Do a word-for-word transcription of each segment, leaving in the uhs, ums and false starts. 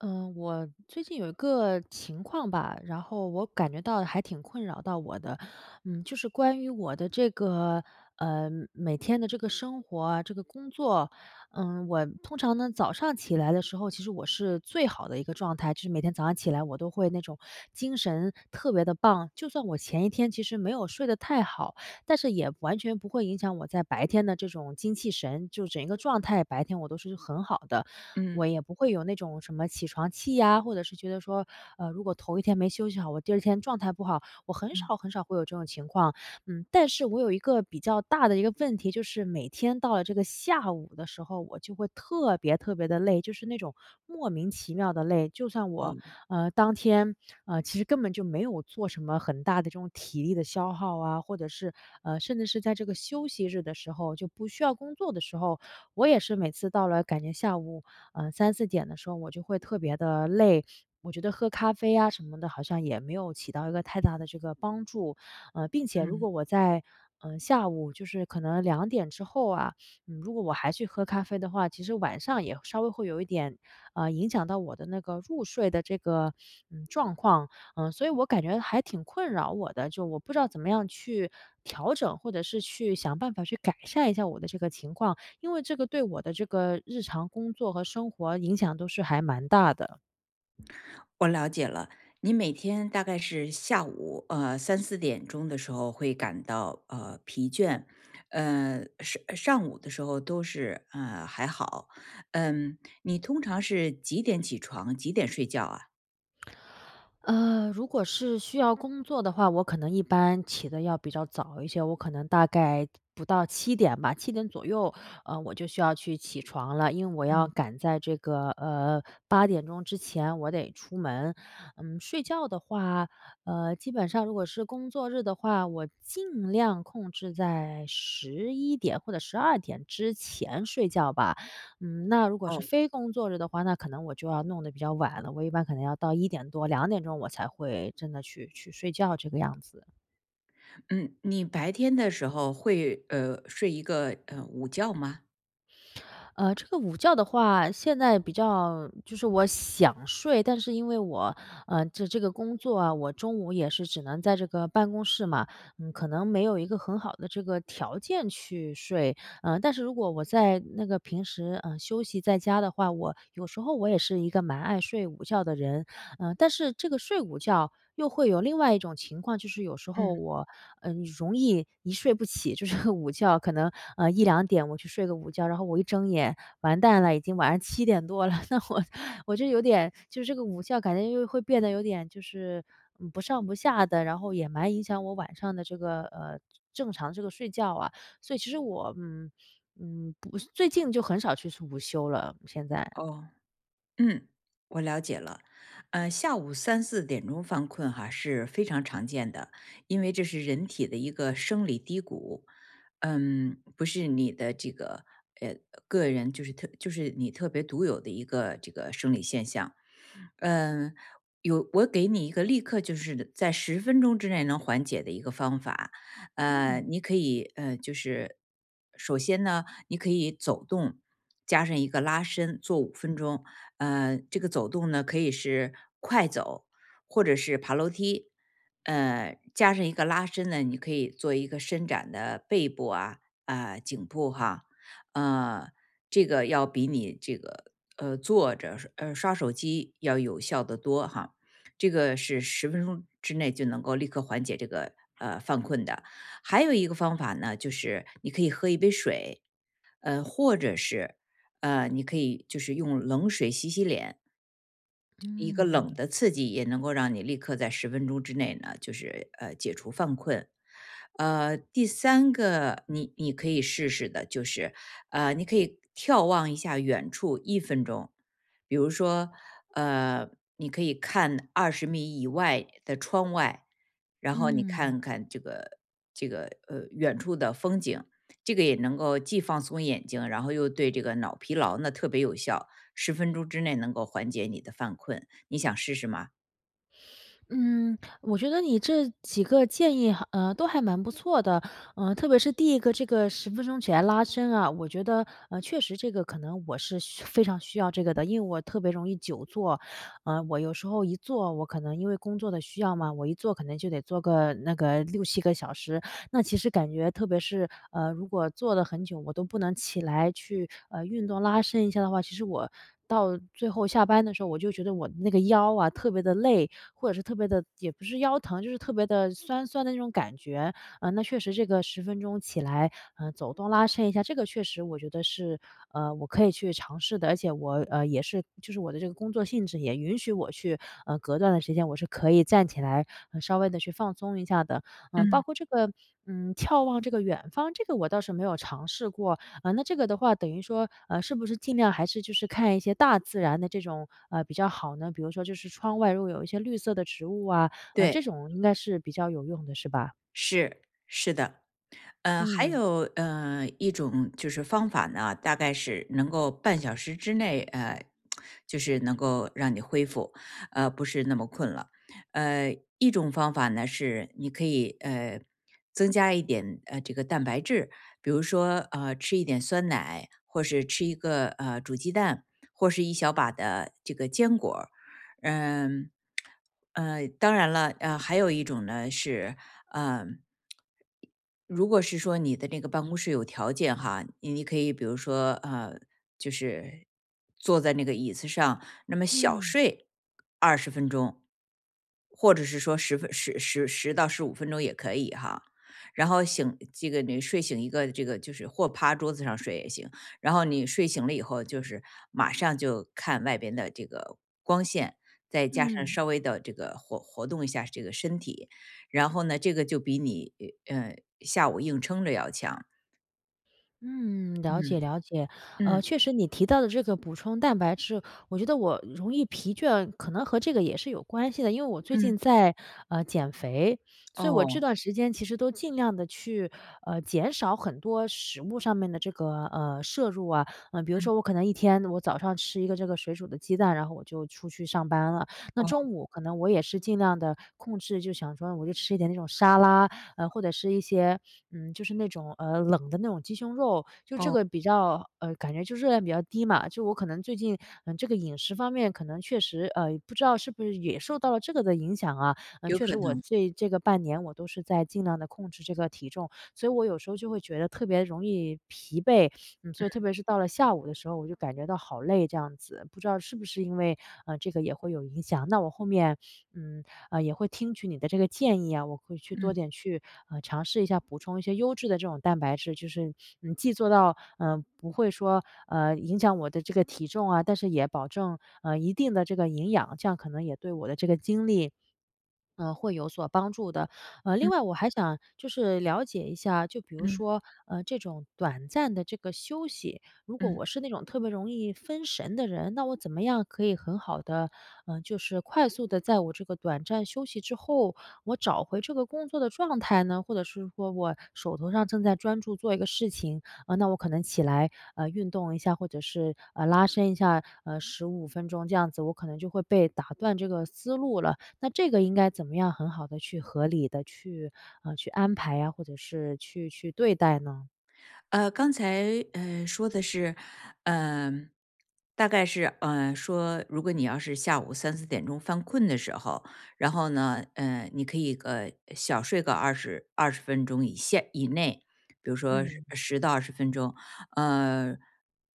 嗯，我最近有一个情况吧，然后我感觉到还挺困扰到我的。嗯，就是关于我的这个呃每天的这个生活啊，这个工作。嗯，我通常呢早上起来的时候，其实我是最好的一个状态，就是每天早上起来我都会那种精神特别的棒，就算我前一天其实没有睡得太好，但是也完全不会影响我在白天的这种精气神，就整一个状态，白天我都是很好的。我嗯也不会有那种什么起床气呀，或者是觉得说，呃，如果头一天没休息好，我第二天状态不好，我很少嗯。很少会有这种情况。嗯，但是我有一个比较大的一个问题，就是每天到了这个下午的时候，我就会特别特别的累，就是那种莫名其妙的累。就算我哦。呃当天呃其实根本就没有做什么很大的这种体力的消耗啊，或者是呃甚至是在这个休息日的时候就不需要工作的时候，我也是每次到了感觉下午呃三四点的时候我就会特别的累。我觉得喝咖啡啊什么的，好像也没有起到一个太大的这个帮助。呃，并且如嗯。果我在嗯，呃，下午就是可能两点之后啊，嗯，如果我还去喝咖啡的话，其实晚上也稍微会有一点，呃，影响到我的那个入睡的这个，嗯，状况。嗯，所以我感觉还挺困扰我的，就我不知道怎么样去调整，或者是去想办法去改善一下我的这个情况。因为这个对我的这个日常工作和生活影响都是还蛮大的。我了解了。你每天大概是下午呃三四点钟的时候会感到呃疲倦，呃上上午的时候都是呃还好。嗯，你通常是几点起床，几点睡觉啊？呃，如果是需要工作的话，我可能一般起的要比较早一些，我可能大概不到七点吧七点左右，呃，我就需要去起床了，因为我要嗯。赶在这个，呃八点钟之前我得出门。嗯，睡觉的话，呃，基本上如果是工作日的话，我尽量控制在十一点或者十二点之前睡觉吧。嗯，那如果是哦，非工作日的话，那可能我就要弄得比较晚了。我一般可能要到一点多、两点钟我才会真的去去睡觉这个样子。嗯，你白天的时候会呃睡一个呃午觉吗？呃，这个午觉的话，现在比较就是我想睡，但是因为我，呃，这这个工作啊，我中午也是只能在这个办公室嘛。嗯，可能没有一个很好的这个条件去睡。嗯，但是如果我在那个平时，嗯休息在家的话，我有时候我也是一个蛮爱睡午觉的人。嗯，但是这个睡午觉又会有另外一种情况，就是有时候嗯。我，嗯容易一睡不起，就是 午觉可能，呃一两点我去睡个午觉，然后我一睁眼，完蛋了，已经晚上七点多了，那我我就有点就是这个午觉感觉又会变得有点就是，嗯，不上不下的，然后也蛮影响我晚上的这个，呃，正常这个睡觉啊。所以其实我，嗯，嗯，不最近就很少去吃午休了，现在。哦。嗯，我了解了。呃，下午三四点钟犯困哈是非常常见的，因为这是人体的一个生理低谷。嗯，不是你的这个呃个人，就是特就是你特别独有的一个这个生理现象。嗯，有我给你一个立刻就是在十分钟之内能缓解的一个方法。呃，嗯你可以，呃，就是首先呢，你可以走动，加上一个拉伸，做五分钟。呃，这个走动呢，可以是快走或者是爬楼梯。呃，加上一个拉伸呢，你可以做一个伸展的背部啊，啊，颈部哈。呃，这个要比你这个呃坐着呃刷手机要有效的多哈。这个是十分钟之内就能够立刻缓解这个呃犯困的。还有一个方法呢，就是你可以喝一杯水，呃，或者是呃，你可以就是用冷水洗洗脸，一个冷嗯的刺激也能够让你立刻在十分钟之内呢，就是呃解除犯困。呃，第三个你你可以试试的就是，呃，你可以眺望一下远处一分钟。比如说，呃，你可以看二十米以外的窗外，然后你嗯看看这个这个呃远处的风景，这个也能够既放松眼睛，然后又对这个脑疲劳呢特别有效。十分钟之内能够缓解你的犯困，你想试试吗？嗯，我觉得你这几个建议还呃，都还蛮不错的。呃，特别是第一个这个十分钟起来拉伸啊，我觉得，呃，确实这个可能我是需非常需要这个的，因为我特别容易久坐。呃，我有时候一坐，我可能因为工作的需要嘛，我一坐可能就得坐个那个六七个小时。那其实感觉特别是，呃，如果坐了很久，我都不能起来去，呃，运动拉伸一下的话，其实我到最后下班的时候，我就觉得我那个腰啊特别的累，或者是特别的也不是腰疼，就是特别的酸酸的那种感觉。呃，那确实这个十分钟起来，呃，走动拉伸一下，这个确实我觉得是，呃，我可以去尝试的。而且我，呃，也是就是我的这个工作性质也允许我去，呃，隔段的时间我是可以站起来，呃稍微的去放松一下的。嗯，包嗯。括这个，嗯，眺望这个远方，这个我倒是没有尝试过。啊。那这个的话，等于说，呃，是不是尽量还是就是看一些大自然的这种，呃，比较好呢？比如说就是窗外如果有一些绿色的植物啊，呃，对，这种应该是比较有用的，是吧？是，是的。呃，还嗯。有呃一种就是方法呢，大概是能够半小时之内，呃，就是能够让你恢复，呃，不是那么困了。呃，一种方法呢是你可以呃增加一点呃这个蛋白质，比如说呃吃一点酸奶，或是吃一个呃煮鸡蛋，或是一小把的这个坚果儿。嗯。呃，当然了，呃，还有一种呢是，嗯，如果是说你的那个办公室有条件哈，你你可以比如说呃，就是坐在那个椅子上，那么小嗯睡二十分钟，或者是说十分十十十到十五分钟也可以哈。然后醒这个你睡醒一个这个就是或趴桌子上睡也行。然后你睡醒了以后就是马上就看外边的这个光线，再加上嗯。稍微的这个活活动一下这个身体，然后呢，这个就比你呃下午硬撑着要强。嗯，了嗯解了解。嗯呃，确实你提到的这个补充蛋白质，我觉得我容易疲倦，可能和这个也是有关系的。因为我最嗯。近在呃减肥，所以我这哦。段时间其实都尽量的去呃减少很多食物上面的这个呃摄入啊。嗯、比如说我嗯。可能一天我早上吃一个这个水煮的鸡蛋，然后我就出去上班了。那哦中午可能我也是尽量的控制，就想说我就吃一点那种沙拉，呃，或者是一些嗯，就是那种，呃，冷的那种鸡胸肉，就这哦。个比较呃，感觉就热量比较低嘛，就我可能最近，嗯，呃这个饮食方面可能确实，呃，不知道是不是也受到了这个的影响啊。嗯，有确可实我能。这这个半年我都是在尽量的控制这个体重，所以我有时候就会觉得特别容易疲惫。嗯，所以特别是到了下午的时候，我就感觉到好累这样子，不知道是不是因为，呃，这个也会有影响。那我后面，嗯，呃，也会听取你的这个建议啊，我会去多嗯点去，呃，尝试一下补充一些优质的这种蛋白质，就是，嗯，既做到，嗯、呃不会说，呃，影响我的这个体重啊，但是也保证，呃，一定的这个营养，这样可能也对我的这个精力，呃，会有所帮助的。呃，另嗯外我还想就是了解一下，就比如嗯说，呃，这种短暂的这个休息，如果嗯。我是那种特别容易分神的人，那我怎么样可以很好的，嗯，就是快速的在我这个短暂休息之后，我找回这个工作的状态呢？或者是说我手头上正在专注做一个事情，呃，那我可能起来，呃，运动一下，或者是，呃，拉伸一下，呃十五分钟这样子，我可能就会被打断这个思路了。那这个应该怎么样很好的去合理的去，呃，去安排呀，或者是去去对待呢？呃，刚才呃说的是，嗯，大概是呃说，如果你要是下午三四点钟犯困的时候，然后呢，呃，你可以呃小睡个二十二十分钟以下以内，比如说嗯。十到二十分钟。呃，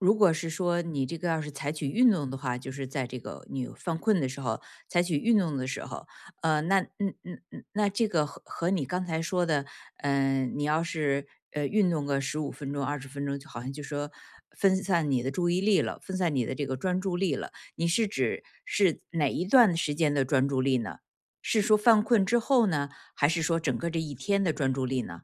如果是说你这个要是采取运动的话，就是在这个你犯困的时候采取运动的时候，呃，那嗯嗯嗯，那这个和和你刚才说的。嗯、你要是呃运动个十五分钟、二十分钟，就好像就说分散你的注意力了，分散你的这个专注力了。你是指是哪一段时间的专注力呢？是说犯困之后呢，还是说整个这一天的专注力呢？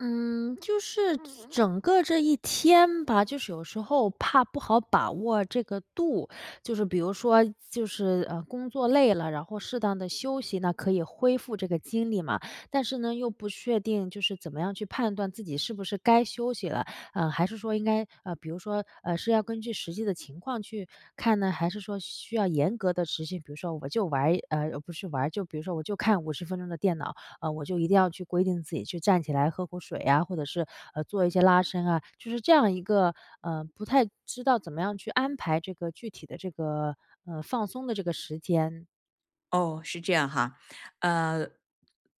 嗯，就是整个这一天吧，就是有时候怕不好把握这个度，就是比如说，就是呃，工作累了，然后适当的休息那可以恢复这个精力嘛。但是呢，又不确定就是怎么样去判断自己是不是该休息了，呃，还是说应该呃，比如说呃，是要根据实际的情况去看呢，还是说需要严格的执行？比如说，我就玩一呃，不是玩儿就比如说我就看五十分钟的电脑，呃，我就一定要去规定自己去站起来喝口水啊，或者是，呃，做一些拉伸啊，就是这样一个，呃，不太知道怎么样去安排这个具体的这个，呃，放松的这个时间。哦，是这样哈。呃，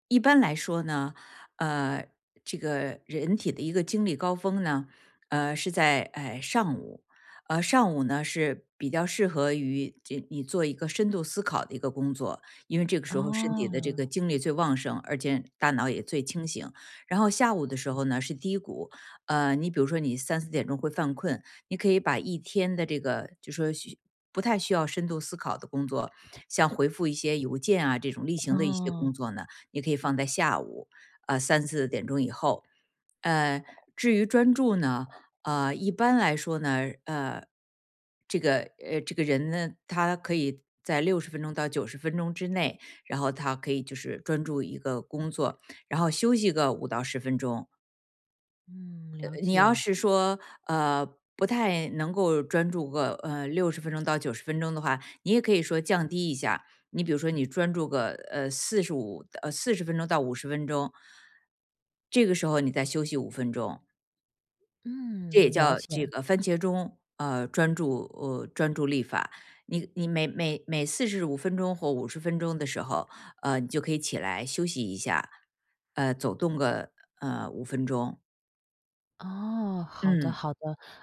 一般来说呢，呃，这个人体的一个精力高峰呢，呃，是在呃上午。呃，上午呢是比较适合于这你做一个深度思考的一个工作，因为这个时候身体的这哦，个精力最旺盛，而且大脑也最清醒。然后下午的时候呢是低谷。呃，你比如说你三四点钟会犯困，你可以把一天的这个就说需不太需要深度思考的工作。像回复一些邮件啊这种例行的一些哦，工作呢，你可以放在下午，呃，三四点钟以后。呃，至于专注呢，呃，一般来说呢，呃，这个呃，这个人呢，他可以在六十分钟到九十分钟之内，然后他可以就是专注一个工作，然后休息个五到十分钟。嗯，呃了你要解，是说，呃，不太能够专注个，呃六十分钟到九十分钟的话，你也可以说降低一下。你比如说你专注个，呃四十五呃四十分钟到五十分钟，这个时候你再休息五分钟。这也嗯，了叫解。这个番茄钟，呃，专注呃，专注力法。你你每每每四十五分钟或五十分钟的时候，呃，你就可以起来休息一下，呃，走动个呃五分钟。哦，好的嗯。好的。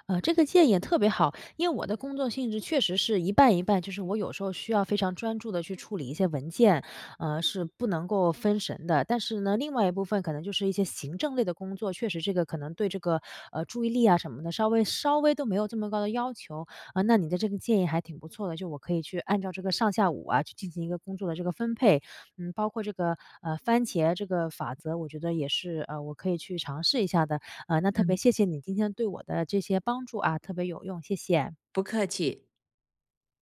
呃，这个建议也特别好，因为我的工作性质确实是一半一半，就是我有时候需要非常专注的去处理一些文件，呃，是不能够分神的。但是呢，另外一部分可能就是一些行政类的工作，确实这个可能对这个，呃，注意力啊什么的，稍微稍微都没有这么高的要求。啊，那你的这个建议还挺不错的，就我可以去按照这个上下午啊，去进行一个工作的这个分配。嗯，包括这个，呃，番茄这个法则，我觉得也是，呃，我可以去尝试一下的。呃，那特别嗯。谢谢你今天对我的这些帮助啊，特别有用，谢谢。不客气。